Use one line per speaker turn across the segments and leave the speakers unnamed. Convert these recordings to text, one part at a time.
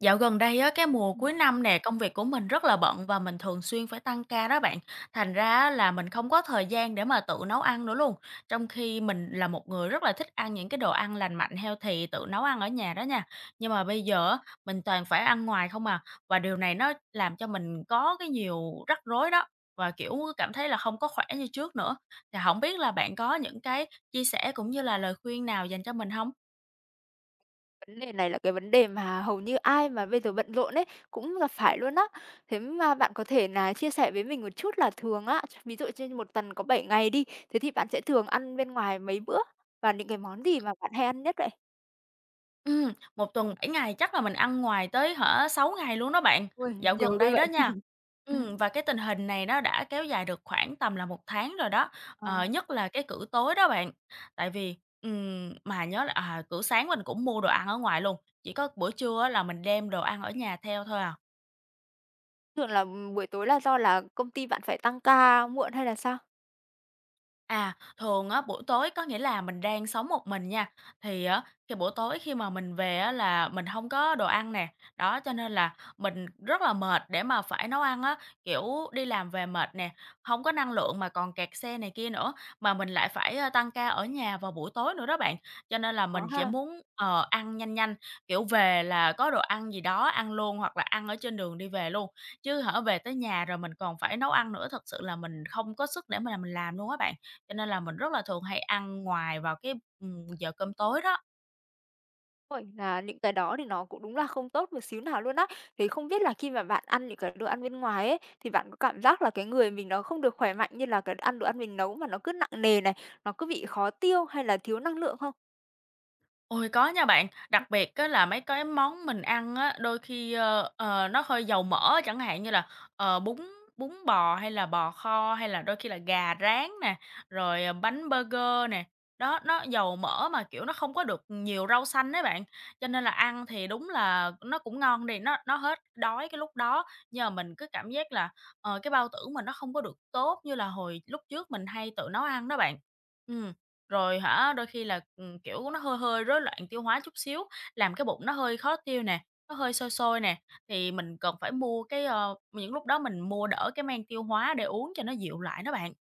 Dạo gần đây á, cái mùa cuối năm nè, công việc của mình rất là bận và mình thường xuyên phải tăng ca đó bạn. Thành ra á là mình không có thời gian để mà tự nấu ăn nữa luôn. Trong khi mình là một người rất là thích ăn những cái đồ ăn lành mạnh, healthy, tự nấu ăn ở nhà đó nha. Nhưng mà bây giờ á, mình toàn phải ăn ngoài không à. Và điều này nó làm cho mình có cái nhiều rắc rối đó. Và kiểu cảm thấy là không có khỏe như trước nữa. Thì không biết là bạn có những cái chia sẻ cũng như là lời khuyên nào dành cho mình không?
Vấn đề này là cái vấn đề mà hầu như ai mà bây giờ bận rộn ấy, cũng gặp phải luôn á. Thế mà bạn có thể là chia sẻ với mình một chút là thường á, ví dụ trên một tuần có 7 ngày đi, thế thì bạn sẽ thường ăn bên ngoài mấy bữa? Và những cái món gì mà bạn hay ăn nhất vậy?
Một tuần 7 ngày chắc là mình ăn ngoài tới hả 6 ngày luôn đó bạn,
Ôi,
dạo
nhiều
gần
như
đây đó
vậy!
nha.
Ừm,
Và cái tình hình này nó đã kéo dài được khoảng tầm là một tháng rồi đó,
ờ,
nhất là cái cữ tối đó bạn. Tại vì, mà nhớ là, à, cữ sáng mình cũng mua đồ ăn ở ngoài luôn, chỉ có bữa trưa á là mình đem đồ ăn ở nhà theo thôi à.
thường là, buổi tối là do là công ty bạn phải tăng ca muộn hay là sao?
À, thường á, buổi tối có nghĩa là mình đang sống một mình nha, thì á, khi buổi tối khi mà mình về á, là mình hông có đồ ăn nè, đó, cho nên là mình rất là mệt để mà phải nấu ăn á. Kiểu, đi làm về mệt nè, hông có năng lượng mà còn kẹt xe này kia nữa, mà mình lại phải, tăng ca ở nhà vào buổi tối nữa đó bạn. Cho nên là
Có
mình chỉ
ha.
muốn, ăn nhanh nhanh, kiểu, về là có đồ ăn gì đó ăn luôn hoặc là ăn ở trên đường đi về luôn, chứ hả về tới nhà rồi mình còn phải nấu ăn nữa, thật sự là mình không có sức để mà mình làm luôn á bạn. Cho nên là mình rất là thường hay ăn ngoài vào cái, giờ cơm tối đó.
Rồi, là những cái đó thì nó cũng đúng là không tốt một xíu nào luôn á. Thì không biết là khi mà bạn ăn những cái đồ ăn bên ngoài ấy, thì bạn có cảm giác là cái người mình nó không được khỏe mạnh như là cái ăn đồ ăn mình nấu mà nó cứ nặng nề này, nó cứ bị khó tiêu hay là thiếu năng lượng không?
Ôi, có nha bạn,
Ừ.
đặc biệt á là mấy cái món mình ăn á, đôi khi, nó hơi dầu mỡ, chẳng hạn như là, bún bún bò hay là bò kho, hay là đôi khi là gà rán nè, rồi, bánh burger nè. Đó, nó dầu mỡ mà, kiểu, nó không có được nhiều rau xanh đấy bạn, cho nên là ăn thì đúng là nó cũng ngon đi, nó hết đói cái lúc đó, nhưng mà mình cứ cảm giác là, cái bao tử mình nó không có được tốt như là hồi lúc trước mình hay tự nấu ăn đó bạn. Ừ. Rồi hả, đôi khi là, kiểu, nó hơi hơi rối loạn tiêu hóa chút xíu, làm cái bụng nó hơi khó tiêu nè, nó hơi sôi sôi nè, thì mình cần phải mua cái, những lúc đó mình mua đỡ cái men tiêu hóa để uống cho nó dịu lại đó bạn.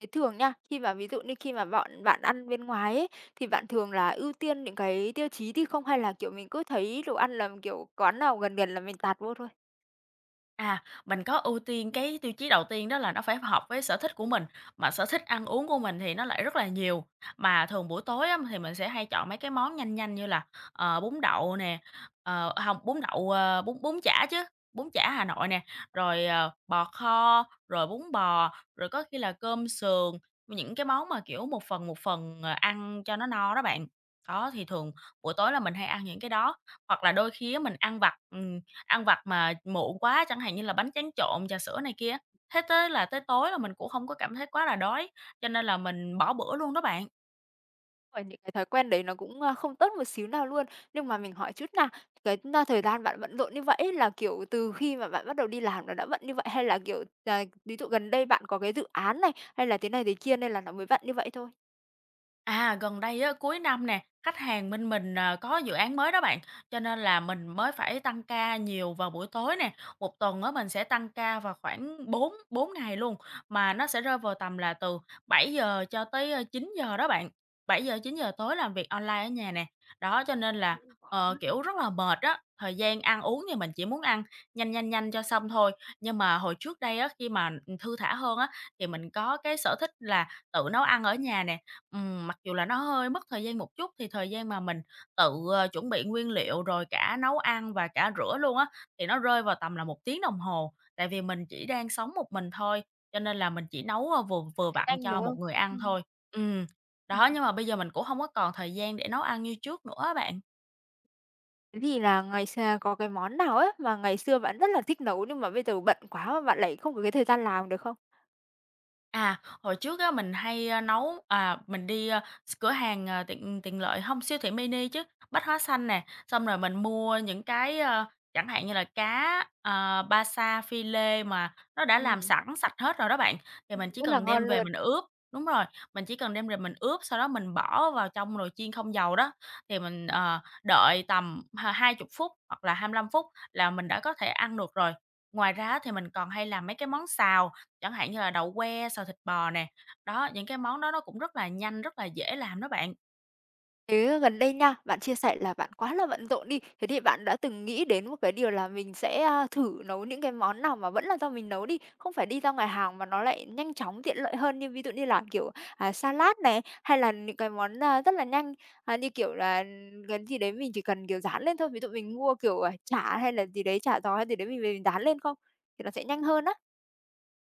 Thế thường nha, khi mà ví dụ như khi mà bọn bạn ăn bên ngoài ấy, thì bạn thường là ưu tiên những cái tiêu chí thì không? Hay là, kiểu, mình cứ thấy đồ ăn là, kiểu, quán nào gần gần là mình tạt vô thôi?
À, mình có ưu tiên cái tiêu chí đầu tiên đó là nó phải hợp với sở thích của mình, mà sở thích ăn uống của mình thì nó lại rất là nhiều. Mà thường buổi tối á, thì mình sẽ hay chọn mấy cái món nhanh nhanh như là, bún đậu nè, hông, bún đậu, bún bún chả chứ, bún chả Hà Nội nè, rồi, bò kho, rồi bún bò, rồi có khi là cơm sườn, những cái món mà, kiểu, một phần, ăn cho nó no đó bạn. Đó, thì thường buổi tối là mình hay ăn những cái đó, hoặc là đôi khi á mình ăn vặt mà muộn quá, chẳng hạn như là bánh tráng trộn, trà sữa này kia. Thế tới tối là mình cũng không có cảm thấy quá là đói, cho nên là mình bỏ bữa luôn đó bạn.
Rồi, những cái thói quen đấy nó cũng, không tốt một xíu nào luôn. Nhưng mà mình hỏi chút nào cái, thời gian bạn bận rộn như vậy là, kiểu, từ khi mà bạn bắt đầu đi làm nó đã bận như vậy hay là, kiểu, ví dụ gần đây bạn có cái dự án này, hay là thế này thế kia nên là nó mới bận như vậy thôi?
À, gần đây á, cuối năm nè, khách hàng bên mình à, có dự án mới đó bạn, cho nên là mình mới phải tăng ca nhiều vào buổi tối nè. Một tuần á mình sẽ tăng ca vào khoảng 4 4 ngày luôn, mà nó sẽ rơi vào tầm là từ 7 giờ cho tới 9 giờ đó bạn. Bảy giờ 9 giờ tối làm việc online ở nhà nè. Đó cho nên là
Khó.
kiểu rất là mệt á. Thời gian ăn uống thì mình chỉ muốn ăn nhanh nhanh nhanh cho xong thôi. Nhưng mà hồi trước đây á khi mà thư thả hơn á thì mình có cái sở thích là tự nấu ăn ở nhà nè. Mặc dù là nó hơi mất thời gian một chút thì thời gian mà mình tự, chuẩn bị nguyên liệu rồi cả nấu ăn và cả rửa luôn á, thì nó rơi vào tầm là một tiếng đồng hồ. Tại vì mình chỉ đang sống một mình thôi, cho nên là mình chỉ nấu, vừa vừa
Thấy
vặn
nhanh,
cho
đúng
một
không?
người ăn
Ừm.
thôi. Ừm,
À,
đó, nhưng mà bây giờ mình cũng không có còn thời gian để nấu ăn như trước nữa á bạn.
thế thì là ngày xưa có cái món nào ấy mà ngày xưa bạn rất là thích nấu nhưng mà bây giờ bận quá mà bạn lại không có cái thời gian làm được không?
À, hồi trước á mình hay, nấu à, mình đi, a, s cửa hàng, tiện tiện lợi không siêu thị mini chứ, Bách Hóa Xanh nè, xong rồi mình mua những cái, chẳng hạn như là cá, ba sa, phi lê mà nó đã làm
Ừm,
sẵn sạch hết rồi đó bạn, thì mình chỉ
rất là
cần
ngon
đem về
luôn.
mình ướp đúng rồi, mình chỉ cần đem về mình ướp, sau đó mình bỏ vào trong nồi chiên không dầu đó, thì mình, đợi tầm 20 phút hoặc là 25 phút là mình đã có thể ăn được rồi. Ngoài ra thì mình còn hay làm mấy cái món xào, chẳng hạn như là đậu que, xào thịt bò nè, đó, những cái món đó nó cũng rất là nhanh, rất là dễ làm đó bạn.
Thế gần đây nha, bạn chia sẻ là bạn quá là bận rộn đi, thế thì bạn đã từng nghĩ đến một cái điều là mình sẽ, thử nấu những cái món nào mà vẫn là do mình nấu đi, không phải đi ra ngoài hàng mà nó lại nhanh chóng, tiện lợi hơn như ví dụ như là, kiểu, salad này, hay là những cái món, rất là nhanh, như kiểu là cái gì đấy mình chỉ cần, kiểu, rán lên thôi, ví dụ mình mua, kiểu, chả hay là gì đấy, chả giò hay gì đấy mình về mình rán lên không? Thì nó sẽ nhanh hơn á.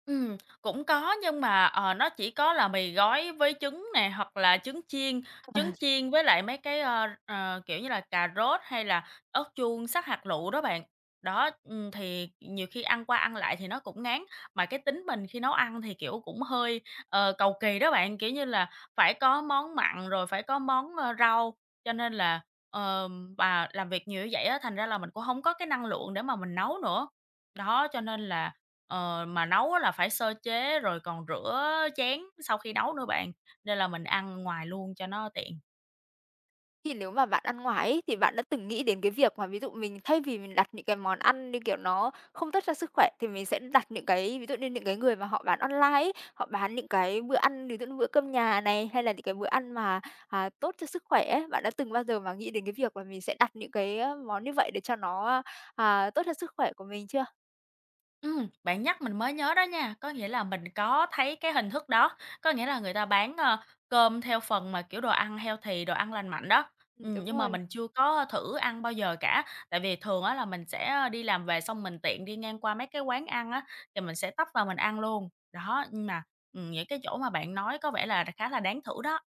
Cũng có nhưng mà, nó chỉ có là mì gói với trứng nè, hoặc là trứng chiên, với lại mấy cái, kiểu như là, cà rốt hay là ớt chuông sắc hạt lựu đó bạn. Đó, thì nhiều khi ăn qua ăn lại thì nó cũng ngán, mà cái tính mình khi nấu ăn thì, kiểu, cũng hơi, cầu kỳ đó bạn, kiểu như là, phải có món mặn rồi phải có món, rau, cho nên là, và làm việc nhiều như vậy á, thành ra là mình cũng không có cái năng lượng để mà mình nấu nữa. Đó, cho nên là mà nấu á là phải sơ chế rồi còn rửa chén sau khi nấu nữa bạn, nên là mình ăn ngoài luôn cho nó tiện.
Thì nếu mà bạn ăn ngoài ấy, thì bạn đã từng nghĩ đến cái việc mà ví dụ mình thay vì mình đặt những cái món ăn như kiểu nó không tốt cho sức khỏe thì mình sẽ đặt những cái ví dụ như những cái người mà họ bán online ấy, họ bán những cái bữa ăn ví dụ như bữa cơm nhà này, hay là những cái bữa ăn mà, tốt cho sức khỏe ấy. Bạn đã từng bao giờ mà nghĩ đến cái việc là mình sẽ đặt những cái, món như vậy để cho nó, tốt cho sức khỏe của mình chưa?
Bạn nhắc mình mới nhớ đó nha, có nghĩa là mình có thấy cái hình thức đó, có nghĩa là người ta bán, cơm theo phần mà, kiểu, đồ ăn healthy, đồ ăn lành mạnh đó. Ừm,
Đúng
nhưng mà
rồi.
mình chưa có thử ăn bao giờ cả, tại vì thường á là mình sẽ đi làm về xong mình tiện đi ngang qua mấy cái quán ăn á, thì mình sẽ tấp vào mình ăn luôn. Đó, nhưng mà, những cái chỗ mà bạn nói có vẻ là khá là đáng thử đó.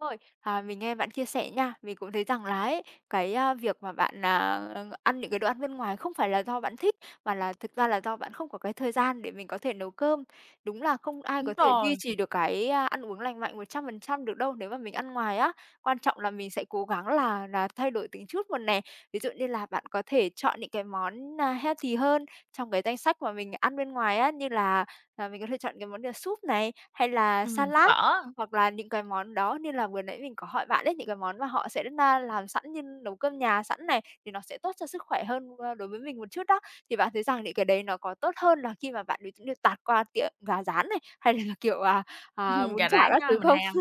Đúng rồi, mình nghe bạn chia sẻ nha, mình cũng thấy rằng là ấy, cái, việc mà bạn, ăn những cái đồ ăn bên ngoài không phải là do bạn thích, mà là thực ra là do bạn không có cái thời gian để mình có thể nấu cơm. Đúng là không ai
Đúng
có thể duy
rồi.
trì được cái, ăn uống lành mạnh 100% được đâu nếu mà mình ăn ngoài á. Quan trọng là mình sẽ cố gắng là thay đổi từng chút một nè. Ví dụ như là bạn có thể chọn những cái món, healthy hơn trong cái danh sách mà mình ăn bên ngoài á, như là, mình có thể chọn cái món như là súp này, hay là
Ừm,
salad.
phở,
Hoặc là những cái món đó như là vừa nãy mình có hỏi bạn ấy, những cái món mà họ sẽ làm sẵn như nấu cơm nhà sẵn này, thì nó sẽ tốt cho sức khỏe hơn, đối với mình một chút đó. Thì bạn thấy rằng những cái đấy nó có tốt hơn là khi mà bạn ví dụ như tạt qua tiệm gà rán này, hay là, kiểu,
ừm,
bún
gà
chả
rán
các
đó
thứ
mình
không?
hay ăn.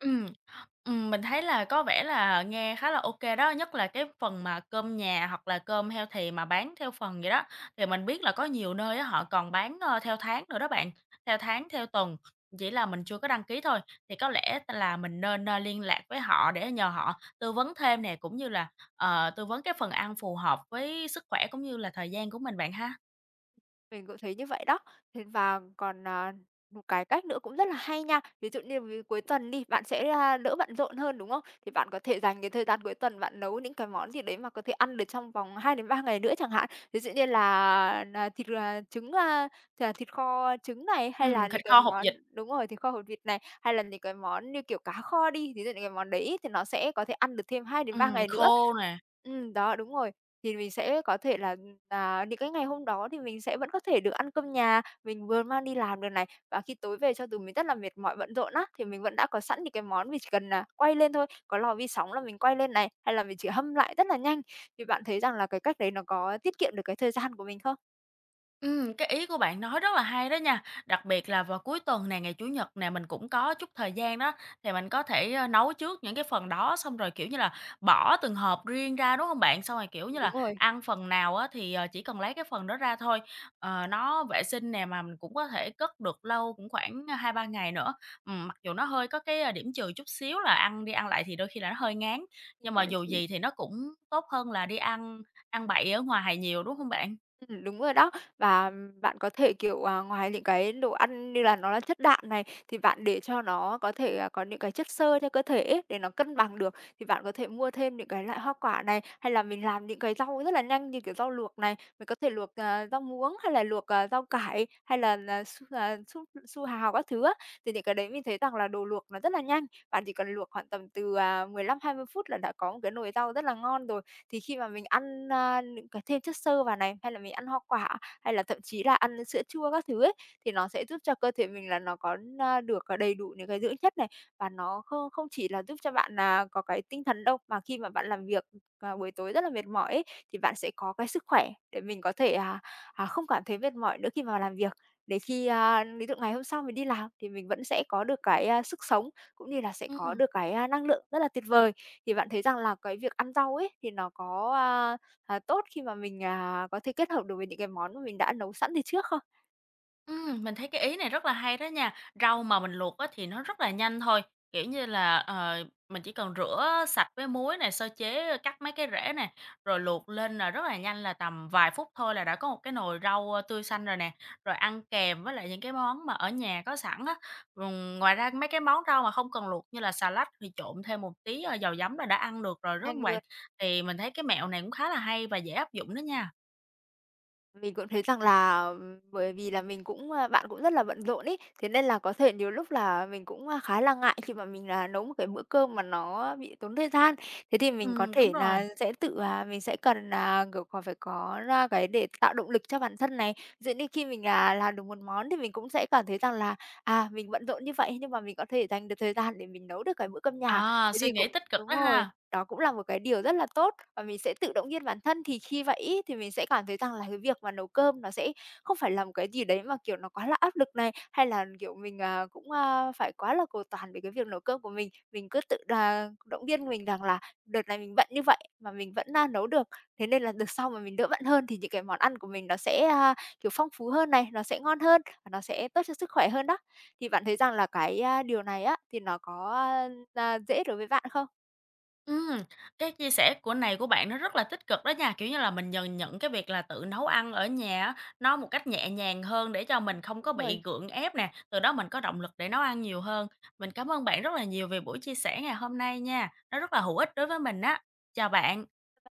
Ừm, mình thấy là có vẻ là nghe khá là ô kê đó, nhất là cái phần mà cơm nhà hoặc là cơm healthy mà bán theo phần vậy đó. Thì mình biết là có nhiều nơi á họ còn bán, theo tháng nữa đó bạn, theo tháng, theo tuần, chỉ là mình chưa có đăng ký thôi. Thì có lẽ là mình nên, liên lạc với họ để nhờ họ tư vấn thêm nè, cũng như là, tư vấn cái phần ăn phù hợp với sức khỏe cũng như là thời gian của mình bạn ha.
Mình cũng thấy như vậy đó. Thế và còn, một cái cách nữa cũng rất là hay nha. Ví dụ như với cuối tuần đi, bạn sẽ, đỡ bận rộn hơn, đúng không? Thì bạn có thể dành cái thời gian cuối tuần bạn nấu những cái món gì đấy mà có thể ăn được trong vòng 2 đến 3 ngày nữa chẳng hạn. Ví dụ như là thịt, trứng, thịt kho trứng này, hay là
Ừm,
những
thịt
cái
kho hột
món
vịt,
đúng rồi, thịt kho hột vịt này, hay là những cái món như kiểu cá kho đi, ví dụ những cái món đấy thì nó sẽ có thể ăn được thêm hai đến ba ngày nữa.
khô nè.
Đó, đúng rồi. Thì mình sẽ có thể là những cái ngày hôm đó thì mình sẽ vẫn có thể được ăn cơm nhà, mình vừa mang đi làm được này, và khi tối về cho dù mình rất là mệt mỏi, bận rộn á, thì mình vẫn đã có sẵn những cái món mình chỉ cần là quay lên thôi, có lò vi sóng là mình quay lên này, hay là mình chỉ hâm lại rất là nhanh. Thì bạn thấy rằng là cái cách đấy nó có tiết kiệm được cái thời gian của mình không?
Cái ý của bạn nói rất là hay đó nha, đặc biệt là vào cuối tuần này ngày Chủ nhật này mình cũng có chút thời gian đó, thì mình có thể, nấu trước những cái phần đó, xong rồi, kiểu như là, bỏ từng hộp riêng ra, đúng không bạn? Xong rồi, kiểu như
Đúng
là,
rồi,
ăn phần nào á thì, chỉ cần lấy cái phần đó ra thôi. Nó vệ sinh nè, mà mình cũng có thể cất được lâu, cũng khoảng hai ba ngày nữa. Mặc dù nó hơi có cái, điểm trừ chút xíu là ăn đi ăn lại thì đôi khi là nó hơi ngán, nhưng
mình
mà
đã-
dù gì thì nó cũng tốt hơn là đi ăn ăn bậy ở ngoài nhiều, đúng không bạn?
Đúng rồi đó. Và bạn có thể, kiểu, ngoài những cái đồ ăn như là nó là chất đạm này, thì bạn để cho nó có thể, có những cái chất xơ cho cơ thể ấy, để nó cân bằng được, thì bạn có thể mua thêm những cái loại hoa quả này, hay là mình làm những cái rau rất là nhanh như kiểu rau luộc này, mình có thể luộc, rau muống hay là luộc, rau cải, hay là su su hào các thứ á. Thì những cái đấy mình thấy rằng là đồ luộc nó rất là nhanh, bạn chỉ cần luộc khoảng tầm từ, 15-20 phút là đã có một cái nồi rau rất là ngon rồi. Thì khi mà mình ăn, những cái thêm chất xơ vào này, hay là mình ăn hoa quả, hay là thậm chí là ăn sữa chua các thứ ấy, thì nó sẽ giúp cho cơ thể mình là nó có, được, đầy đủ những cái dưỡng chất này, và nó không không chỉ là giúp cho bạn là có cái tinh thần đâu, mà khi mà bạn làm việc, buổi tối rất là mệt mỏi ấy, thì bạn sẽ có cái sức khỏe để mình có thể, không cảm thấy mệt mỏi nữa khi mà làm việc. Để khi, ví dụ ngày hôm sau mình đi làm thì mình vẫn sẽ có được cái, sức sống, cũng như là sẽ có
Ừm.
được cái, năng lượng rất là tuyệt vời. Thì bạn thấy rằng là cái việc ăn rau ấy, thì nó có, tốt khi mà mình, có thể kết hợp được với những cái món mà mình đã nấu sẵn từ trước không?
Mình thấy cái ý này rất là hay đó nha. Rau mà mình luộc á thì nó rất là nhanh thôi, kiểu như là, mình chỉ cần rửa sạch với muối này sơ chế, cắt mấy cái rễ này rồi luộc lên là rất là nhanh, là tầm vài phút thôi là đã có một cái nồi rau, tươi xanh rồi nè, rồi ăn kèm với lại những cái món mà ở nhà có sẵn á. Ngoài ra mấy cái món rau mà không cần luộc như là xà lách thì trộn thêm một tí, dầu giấm là đã ăn được rồi, rất hông
Nhanh
bạn?
luôn.
Thì mình thấy cái mẹo này cũng khá là hay và dễ áp dụng đó nha.
Mình cũng thấy rằng là, bởi vì là mình cũng, bạn cũng rất là bận rộn ý thế nên là có thể nhiều lúc là mình cũng, khá là ngại khi mà mình, là nấu một cái bữa cơm mà nó bị tốn thời gian. Thế thì mình có
Đúng
thể
rồi.
là sẽ tự, mình sẽ cần, là kiểu, còn phải có ra cái để tạo động lực cho bản thân này. Ví dụ như khi mình, làm được một món thì mình cũng sẽ cảm thấy rằng là, mình bận rộn như vậy nhưng mà mình có thể dành được thời gian để mình nấu được cái bữa cơm nhà.
À,
Thế
suy
thì
nghĩ
cũng
tích cực
đúng
đó
rồi.
ha.
Đó cũng là một cái điều rất là tốt và mình sẽ tự động viên bản thân, thì khi vậy ấy, thì mình sẽ cảm thấy rằng là cái việc mà nấu cơm nó sẽ không phải là một cái gì đấy mà, kiểu, nó quá là áp lực này, hay là, kiểu, mình, cũng, phải quá là cầu toàn về cái việc nấu cơm của mình. Mình cứ tự động viên mình rằng là đợt này mình bận như vậy mà mình vẫn, nấu được, thế nên là đợt sau mà mình đỡ bận hơn thì những cái món ăn của mình nó sẽ, kiểu, phong phú hơn này, nó sẽ ngon hơn và nó sẽ tốt cho sức khỏe hơn đó. Thì bạn thấy rằng là cái, điều này á, thì nó có, dễ đối với bạn không?
Ừm, cái chia sẻ của bạn nó rất là tích cực đó nha, kiểu như là, mình nhìn nhận cái việc là tự nấu ăn ở nhà á, nó một cách nhẹ nhàng hơn để cho mình không
Đúng
có
rồi.
bị gượng ép nè, từ đó mình có động lực để nấu ăn nhiều hơn. Mình cảm ơn bạn rất là nhiều về buổi chia sẻ ngày hôm nay nha, nó rất là hữu ích đối với mình á. Chào bạn.